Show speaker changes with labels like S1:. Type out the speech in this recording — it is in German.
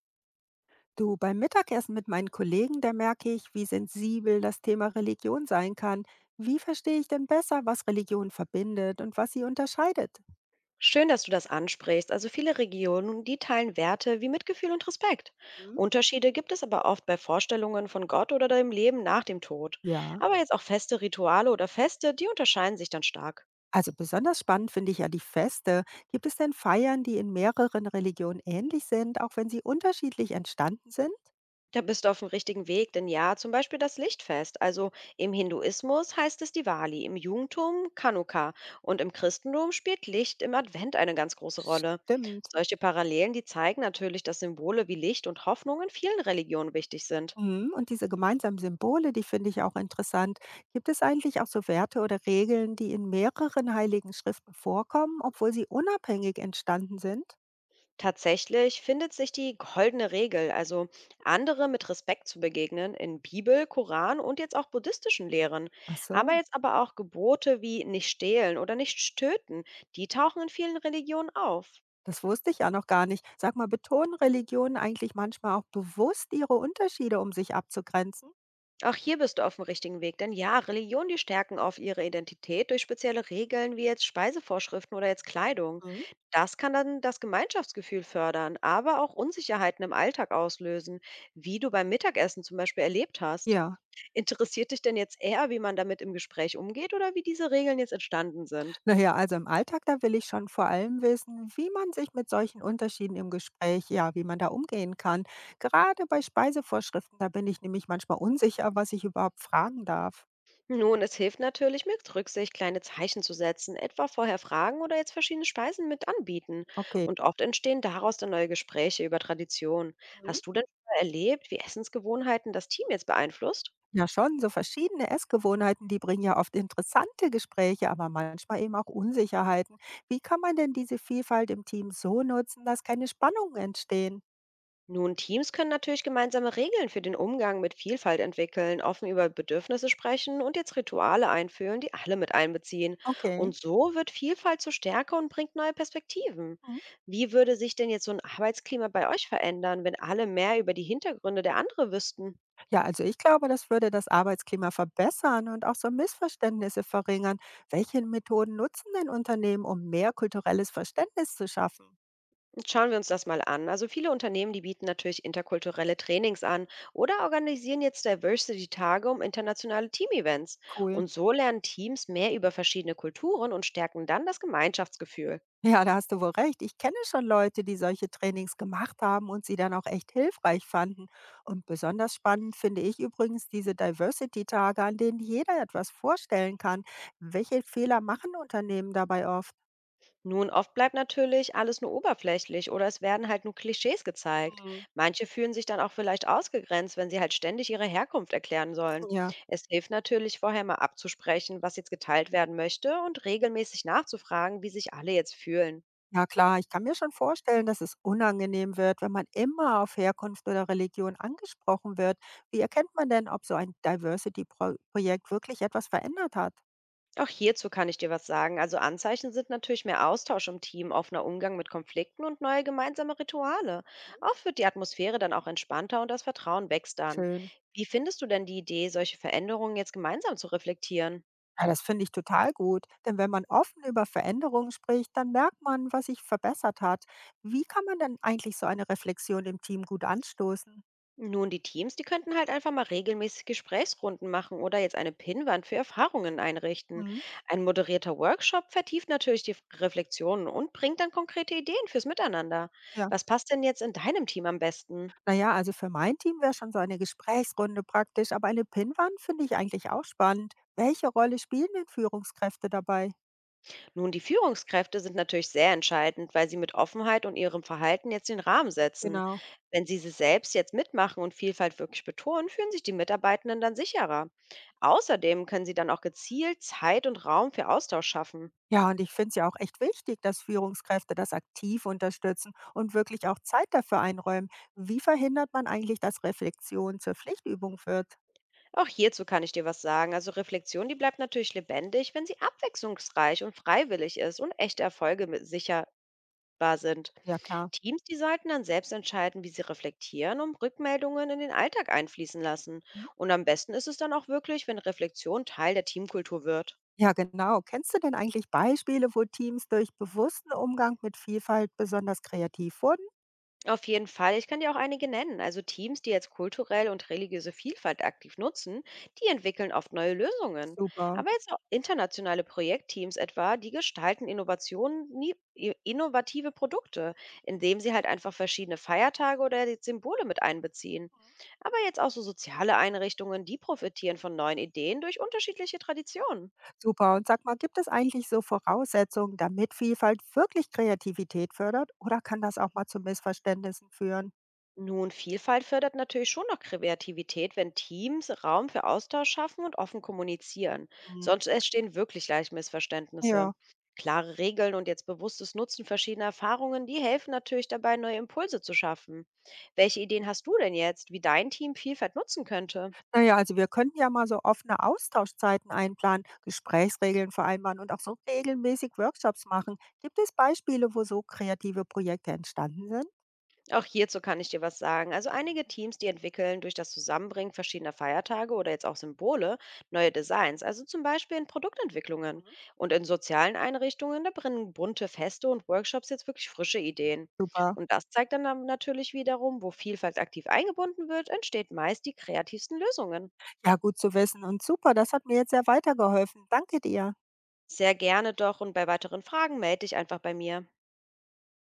S1: Du, beim Mittagessen mit meinen Kollegen, da merke ich, wie sensibel das Thema Religion sein kann. Wie verstehe ich denn besser, was Religion verbindet und was sie unterscheidet?
S2: Schön, dass du das ansprichst. Also viele Regionen, die teilen Werte wie Mitgefühl und Respekt.
S1: Hm?
S2: Unterschiede gibt es aber oft bei Vorstellungen von Gott oder dem Leben nach dem Tod.
S1: Ja,
S2: Aber jetzt auch feste Rituale oder Feste, die unterscheiden sich dann stark.
S1: also besonders spannend finde ich ja die Feste. Gibt es denn Feiern, die in mehreren Religionen ähnlich sind, auch wenn sie unterschiedlich entstanden sind?
S2: Da bist du auf dem richtigen Weg, denn ja, zum Beispiel das Lichtfest. Also im Hinduismus heißt es Diwali, im Judentum Chanukka und im Christentum spielt Licht im Advent eine ganz große Rolle.
S1: Stimmt.
S2: Solche Parallelen, die zeigen natürlich, dass Symbole wie Licht und Hoffnung in vielen Religionen wichtig sind.
S1: Mhm. Und diese gemeinsamen Symbole, die finde ich auch interessant. Gibt es eigentlich auch so Werte oder Regeln, die in mehreren heiligen Schriften vorkommen, obwohl sie unabhängig entstanden sind?
S2: Tatsächlich findet sich die goldene Regel, also andere mit Respekt zu begegnen, in Bibel, Koran und jetzt auch buddhistischen Lehren.
S1: Ach
S2: Aber
S1: so.
S2: jetzt aber auch Gebote wie nicht stehlen oder nicht töten, die tauchen in vielen Religionen auf.
S1: Das wusste ich ja noch gar nicht. Sag mal, betonen Religionen eigentlich manchmal auch bewusst ihre Unterschiede, um sich abzugrenzen?
S2: Auch hier bist du auf dem richtigen Weg, denn ja, Religionen, die stärken auf ihre Identität durch spezielle Regeln wie jetzt Speisevorschriften oder jetzt Kleidung.
S1: Mhm.
S2: Das kann dann das Gemeinschaftsgefühl fördern, aber auch Unsicherheiten im Alltag auslösen, wie du beim Mittagessen zum Beispiel erlebt hast.
S1: Ja,
S2: Interessiert dich denn jetzt eher, wie man damit im Gespräch umgeht oder wie diese Regeln jetzt entstanden sind?
S1: naja, also im Alltag, da will ich schon vor allem wissen, wie man sich mit solchen Unterschieden im Gespräch, ja, wie man da umgehen kann. Gerade bei Speisevorschriften, da bin ich nämlich manchmal unsicher, was ich überhaupt fragen darf.
S2: Nun, es hilft natürlich, mit Rücksicht kleine Zeichen zu setzen, etwa vorher fragen oder jetzt verschiedene Speisen mit anbieten.
S1: Okay.
S2: Und oft entstehen daraus dann neue Gespräche über Traditionen.
S1: Mhm.
S2: Hast du denn schon mal erlebt, wie Essensgewohnheiten das Team jetzt beeinflusst?
S1: Ja, schon. So verschiedene Essgewohnheiten, die bringen ja oft interessante Gespräche, aber manchmal eben auch Unsicherheiten. Wie kann man denn diese Vielfalt im Team so nutzen, dass keine Spannungen entstehen?
S2: Nun, Teams können natürlich gemeinsame Regeln für den Umgang mit Vielfalt entwickeln, offen über Bedürfnisse sprechen und jetzt Rituale einführen, die alle mit einbeziehen.
S1: Okay.
S2: Und so wird Vielfalt zur Stärke und bringt neue Perspektiven.
S1: Mhm.
S2: Wie würde sich denn jetzt so ein Arbeitsklima bei euch verändern, wenn alle mehr über die Hintergründe der anderen wüssten?
S1: Ja, also ich glaube, das würde das Arbeitsklima verbessern und auch so Missverständnisse verringern. Welche Methoden nutzen denn Unternehmen, um mehr kulturelles Verständnis zu schaffen?
S2: Schauen wir uns das mal an. Also viele Unternehmen, die bieten natürlich interkulturelle Trainings an oder organisieren jetzt Diversity-Tage um internationale Team-Events. Und
S1: Cool.
S2: so lernen Teams mehr über verschiedene Kulturen und stärken dann das Gemeinschaftsgefühl.
S1: Ja, da hast du wohl recht. Ich kenne schon Leute, die solche Trainings gemacht haben und sie dann auch echt hilfreich fanden. Und besonders spannend finde ich übrigens diese Diversity-Tage, an denen jeder etwas vorstellen kann. Welche Fehler machen Unternehmen dabei oft?
S2: Nun, oft bleibt natürlich alles nur oberflächlich oder es werden halt nur Klischees gezeigt.
S1: Hm.
S2: Manche fühlen sich dann auch vielleicht ausgegrenzt, wenn sie halt ständig ihre Herkunft erklären sollen.
S1: Ja.
S2: Es hilft natürlich vorher mal abzusprechen, was jetzt geteilt werden möchte und regelmäßig nachzufragen, wie sich alle jetzt fühlen.
S1: Ja klar, ich kann mir schon vorstellen, dass es unangenehm wird, wenn man immer auf Herkunft oder Religion angesprochen wird. Wie erkennt man denn, ob so ein Diversity-Projekt wirklich etwas verändert hat?
S2: Auch hierzu kann ich dir was sagen. Also Anzeichen sind natürlich mehr Austausch im Team, offener Umgang mit Konflikten und neue gemeinsame Rituale. Oft wird die Atmosphäre dann auch entspannter und das Vertrauen wächst dann.
S1: Schön.
S2: Wie findest du denn die Idee, solche Veränderungen jetzt gemeinsam zu reflektieren?
S1: Ja, das finde ich total gut, denn wenn man offen über Veränderungen spricht, dann merkt man, was sich verbessert hat. Wie kann man denn eigentlich so eine Reflexion im Team gut anstoßen?
S2: Nun, die Teams, die könnten halt einfach mal regelmäßig Gesprächsrunden machen oder jetzt eine Pinnwand für Erfahrungen einrichten.
S1: Mhm.
S2: Ein moderierter Workshop vertieft natürlich die Reflexionen und bringt dann konkrete Ideen fürs Miteinander.
S1: Ja,
S2: Was passt denn jetzt in deinem Team am besten?
S1: naja, also für mein Team wäre schon so eine Gesprächsrunde praktisch, aber eine Pinnwand finde ich eigentlich auch spannend. Welche Rolle spielen denn Führungskräfte dabei?
S2: Nun, die Führungskräfte sind natürlich sehr entscheidend, weil sie mit Offenheit und ihrem Verhalten jetzt den Rahmen setzen.
S1: Genau.
S2: Wenn sie sich selbst jetzt mitmachen und Vielfalt wirklich betonen, fühlen sich die Mitarbeitenden dann sicherer. Außerdem können sie dann auch gezielt Zeit und Raum für Austausch schaffen.
S1: Ja, und ich finde es ja auch echt wichtig, dass Führungskräfte das aktiv unterstützen und wirklich auch Zeit dafür einräumen. Wie verhindert man eigentlich, dass Reflexion zur Pflichtübung wird?
S2: Auch hierzu kann ich dir was sagen. Also Reflexion, die bleibt natürlich lebendig, wenn sie abwechslungsreich und freiwillig ist und echte Erfolge sicherbar sind.
S1: Ja, klar.
S2: Teams, die sollten dann selbst entscheiden, wie sie reflektieren und Rückmeldungen in den Alltag einfließen lassen.
S1: Mhm.
S2: Und am besten ist es dann auch wirklich, wenn Reflexion Teil der Teamkultur wird.
S1: Ja, genau. Kennst du denn eigentlich Beispiele, wo Teams durch bewussten Umgang mit Vielfalt besonders kreativ wurden?
S2: Auf jeden Fall. Ich kann dir auch einige nennen. Also Teams, die jetzt kulturelle und religiöse Vielfalt aktiv nutzen, die entwickeln oft neue Lösungen.
S1: Super,
S2: Aber jetzt auch internationale Projektteams etwa, die gestalten Innovationen, innovative Produkte, indem sie halt einfach verschiedene Feiertage oder die Symbole mit einbeziehen. Aber jetzt auch so soziale Einrichtungen, die profitieren von neuen Ideen durch unterschiedliche Traditionen.
S1: super. Und sag mal, gibt es eigentlich so Voraussetzungen, damit Vielfalt wirklich Kreativität fördert? Oder kann das auch mal zu Missverständnissen führen?
S2: Nun, Vielfalt fördert natürlich schon noch Kreativität, wenn Teams Raum für Austausch schaffen und offen kommunizieren.
S1: Mhm.
S2: Sonst entstehen wirklich leicht
S1: Ja,
S2: Missverständnisse. Klare Regeln und jetzt bewusstes Nutzen verschiedener Erfahrungen, die helfen natürlich dabei, neue Impulse zu schaffen. Welche Ideen hast du denn jetzt, wie dein Team Vielfalt nutzen könnte?
S1: naja, also wir könnten ja mal so offene Austauschzeiten einplanen, Gesprächsregeln vereinbaren und auch so regelmäßig Workshops machen. Gibt es Beispiele, wo so kreative Projekte entstanden sind?
S2: Auch hierzu kann ich dir was sagen. Also einige Teams, die entwickeln durch das Zusammenbringen verschiedener Feiertage oder jetzt auch Symbole neue Designs, also zum Beispiel in Produktentwicklungen
S1: Mhm.
S2: und in sozialen Einrichtungen, da bringen bunte Feste und Workshops jetzt wirklich frische Ideen.
S1: Super.
S2: Und das zeigt dann natürlich wiederum, wo Vielfalt aktiv eingebunden wird, entsteht meist die kreativsten Lösungen.
S1: Ja, gut zu wissen und super, das hat mir jetzt sehr weitergeholfen. Danke dir.
S2: Sehr gerne doch und bei weiteren Fragen melde dich einfach bei mir.